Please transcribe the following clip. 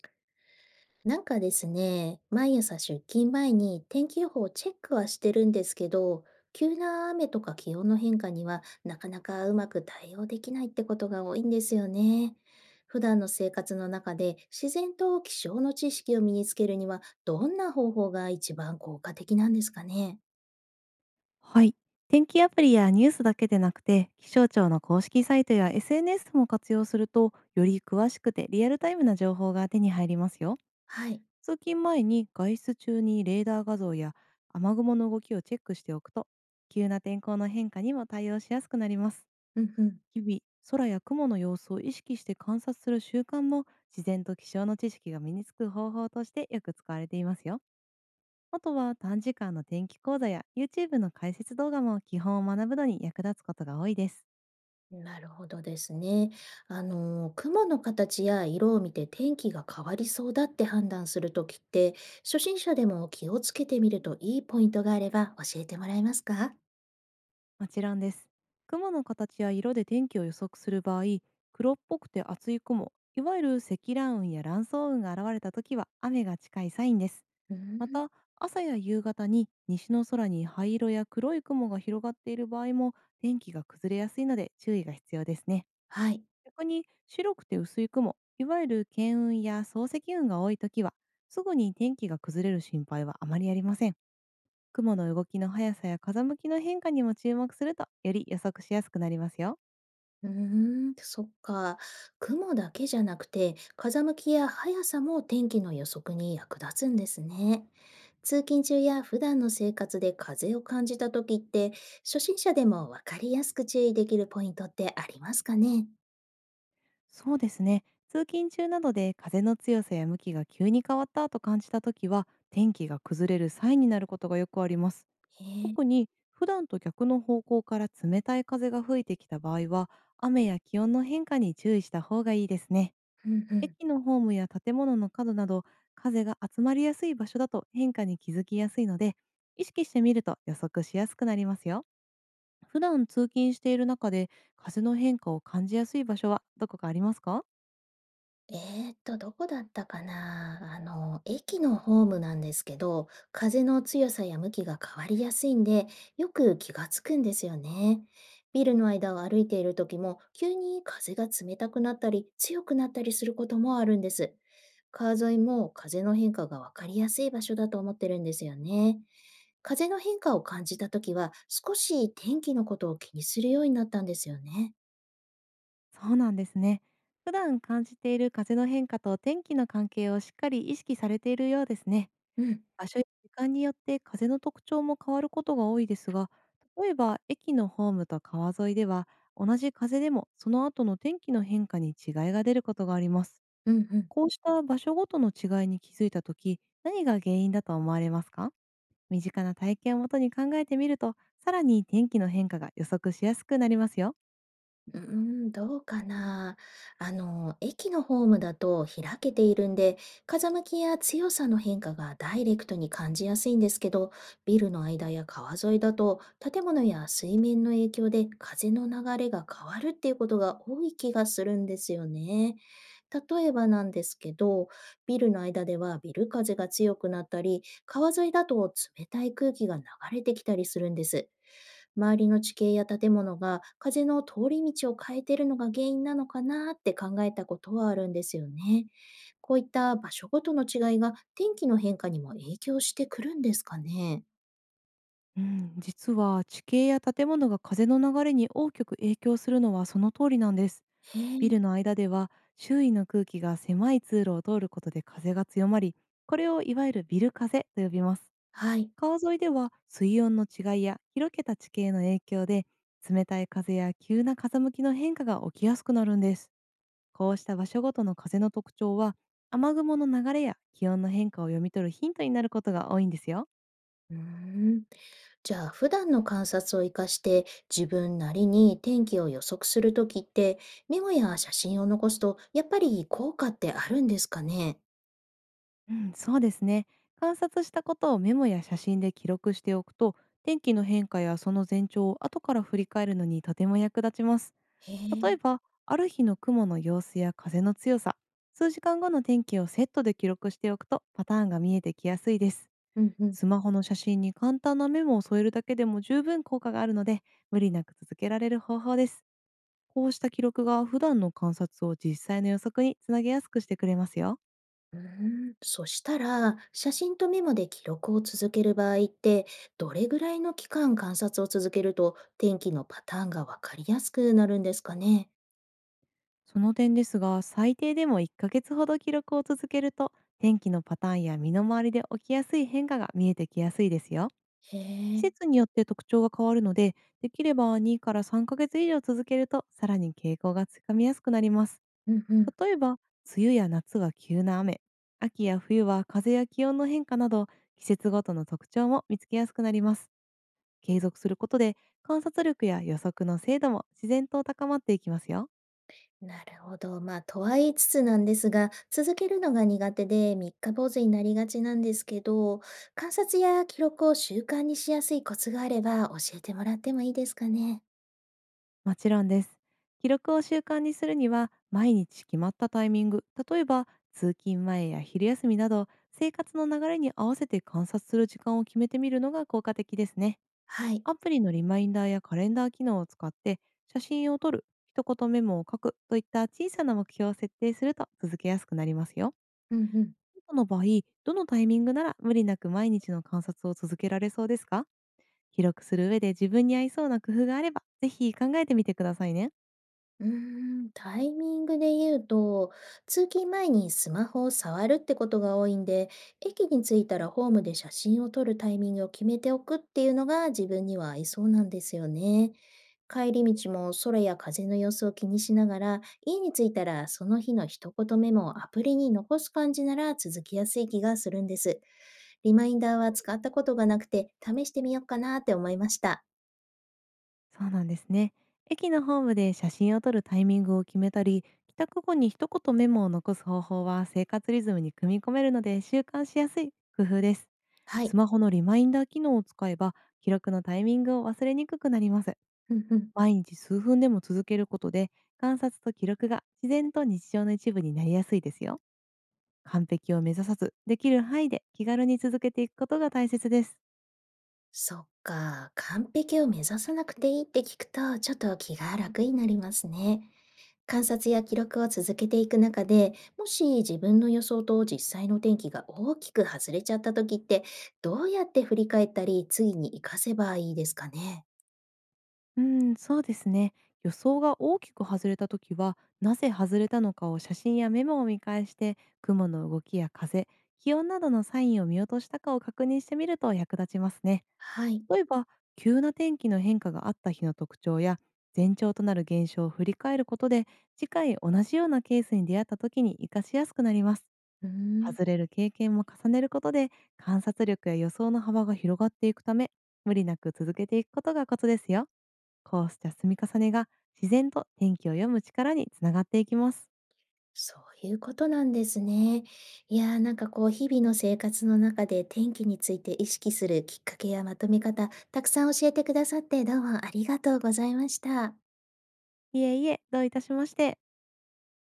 なんかですね、毎朝出勤前に天気予報をチェックはしてるんですけど、急な雨とか気温の変化にはなかなかうまく対応できないってことが多いんですよね。普段の生活の中で自然と気象の知識を身につけるにはどんな方法が一番効果的なんですかね。はい。天気アプリやニュースだけでなくて、気象庁の公式サイトや SNS も活用すると、より詳しくてリアルタイムな情報が手に入りますよ。はい。通勤前に外出中にレーダー画像や雨雲の動きをチェックしておくと、急な天候の変化にも対応しやすくなります。うんうん。日々、空や雲の様子を意識して観察する習慣も、自然と気象の知識が身につく方法としてよく使われていますよ。あとは短時間の天気講座や YouTube の解説動画も基本を学ぶのに役立つことが多いです。なるほどですね。雲の形や色を見て天気が変わりそうだって判断するときって、初心者でも気をつけてみるといいポイントがあれば教えてもらえますか？もちろんです。雲の形や色で天気を予測する場合、黒っぽくて厚い雲、いわゆる積乱雲や乱層雲が現れた時は雨が近いサインです。うーまん。た、朝や夕方に西の空に灰色や黒い雲が広がっている場合も、天気が崩れやすいので注意が必要ですね。はい。逆に白くて薄い雲、いわゆる巻雲や漱石雲が多いときは、すぐに天気が崩れる心配はあまりありません。雲の動きの速さや風向きの変化にも注目すると、より予測しやすくなりますよ。うーん、そっか。雲だけじゃなくて、風向きや速さも天気の予測に役立つんですね。通勤中や普段の生活で風を感じたときって、初心者でもわかりやすく注意できるポイントってありますかね？そうですね。通勤中などで風の強さや向きが急に変わったと感じたときは、天気が崩れるサインになることがよくあります。へえ。特に普段と逆の方向から冷たい風が吹いてきた場合は、雨や気温の変化に注意した方がいいですね。うんうん。駅のホームや建物の角など、風が集まりやすい場所だと変化に気づきやすいので、意識してみると予測しやすくなりますよ。普段通勤している中で風の変化を感じやすい場所はどこかありますか？えどこだったかな。あの、駅のホームなんですけど、風の強さや向きが変わりやすいんで、よく気がつくんですよね。ビルの間を歩いている時も、急に風が冷たくなったり、強くなったりすることもあるんです。川沿いも風の変化がわかりやすい場所だと思ってるんですよね。風の変化を感じた時は、少し天気のことを気にするようになったんですよね。そうなんですね。普段感じている風の変化と天気の関係をしっかり意識されているようですね。うん、場所や時間によって風の特徴も変わることが多いですが、例えば駅のホームと川沿いでは、同じ風でもその後の天気の変化に違いが出ることがあります。うん、うん。こうした場所ごとの違いに気づいたとき、何が原因だと思われますか？身近な体験をもとに考えてみると、さらに天気の変化が予測しやすくなりますよ。うーん、どうかな。駅のホームだと開けているんで、風向きや強さの変化がダイレクトに感じやすいんですけど、ビルの間や川沿いだと、建物や水面の影響で風の流れが変わるっていうことが多い気がするんですよね。例えばなんですけど、ビルの間ではビル風が強くなったり、川沿いだと冷たい空気が流れてきたりするんです。周りの地形や建物が風の通り道を変えているのが原因なのかなって考えたことはあるんですよね。こういった場所ごとの違いが天気の変化にも影響してくるんですかね。うん、実は地形や建物が風の流れに大きく影響するのはその通りなんです。へビえ、ルの間では周囲の空気が狭い通路を通ることで風が強まり、これをいわゆるビル風と呼びます。はい。川沿いでは水温の違いや広げた地形の影響で、冷たい風や急な風向きの変化が起きやすくなるんです。こうした場所ごとの風の特徴は、雨雲の流れや気温の変化を読み取るヒントになることが多いんですよ。うーん。じゃあ普段の観察を生かして自分なりに天気を予測するときって、メモや写真を残すとやっぱり効果ってあるんですかね。うん、そうですね。観察したことをメモや写真で記録しておくと、天気の変化やその前兆を後から振り返るのにとても役立ちます。へ例ええ。ば、ある日の雲の様子や風の強さ、数時間後の天気をセットで記録しておくと、パターンが見えてきやすいです。うんうん。スマホの写真に簡単なメモを添えるだけでも十分効果があるので、無理なく続けられる方法です。こうした記録が普段の観察を実際の予測につなげやすくしてくれますよ。うーん、そしたら、写真とメモで記録を続ける場合って、どれぐらいの期間観察を続けると天気のパターンがわかりやすくなるんですかね。その点ですが、最低でも1ヶ月ほど記録を続けると、天気のパターンや身の回りで起きやすい変化が見えてきやすいですよ。へ季え、節によって特徴が変わるので、できれば2から3ヶ月以上続けると、さらに傾向がつかみやすくなります。うんうん。例えば、梅雨や夏は急な雨、秋や冬は風や気温の変化など、季節ごとの特徴も見つけやすくなります。継続することで、観察力や予測の精度も自然と高まっていきますよ。なるほど。まあ、とは言いつつなんですが、続けるのが苦手で三日坊主になりがちなんですけど、観察や記録を習慣にしやすいコツがあれば教えてもらってもいいですかね。もちろんです。記録を習慣にするには、毎日決まったタイミング、例えば通勤前や昼休みなど、生活の流れに合わせて観察する時間を決めてみるのが効果的ですね。はい。アプリのリマインダーやカレンダー機能を使って、写真を撮る、一言メモを書くといった小さな目標を設定すると続けやすくなりますよ。うんうん。あなたの場合、どのタイミングなら無理なく毎日の観察を続けられそうですか？記録する上で自分に合いそうな工夫があれば、ぜひ考えてみてくださいね。うーん、タイミングで言うと、通勤前にスマホを触るってことが多いんで、駅に着いたらホームで写真を撮るタイミングを決めておくっていうのが自分には合いそうなんですよね。帰り道も空や風の様子を気にしながら、家に着いたらその日の一言メモをアプリに残す感じなら続きやすい気がするんです。リマインダーは使ったことがなくて、試してみようかなって思いました。そうなんですね。駅のホームで写真を撮るタイミングを決めたり、帰宅後に一言メモを残す方法は、生活リズムに組み込めるので習慣しやすい工夫です。はい。スマホのリマインダー機能を使えば、記録のタイミングを忘れにくくなります。うんうん。毎日数分でも続けることで、観察と記録が自然と日常の一部になりやすいですよ。完璧を目指さず、できる範囲で気軽に続けていくことが大切です。そっか、完璧を目指さなくていいって聞くと、ちょっと気が楽になりますね。観察や記録を続けていく中で、もし自分の予想と実際の天気が大きく外れちゃった時って、どうやって振り返ったり、次に活かせばいいですかね。うん、そうですね。予想が大きく外れた時は、なぜ外れたのかを写真やメモを見返して、雲の動きや風、気温などのサインを見落としたかを確認してみると役立ちますね。はい。例えば、急な天気の変化があった日の特徴や、前兆となる現象を振り返ることで、次回同じようなケースに出会った時に活かしやすくなります。うーん。外れる経験も重ねることで、観察力や予想の幅が広がっていくため、無理なく続けていくことがコツですよ。こうした積み重ねが自然と天気を読む力につながっていきます。そういうことなんですね。いやー、なんかこう日々の生活の中で天気について意識するきっかけやまとめ方、たくさん教えてくださってどうもありがとうございました。いえいえ、どういたしまして。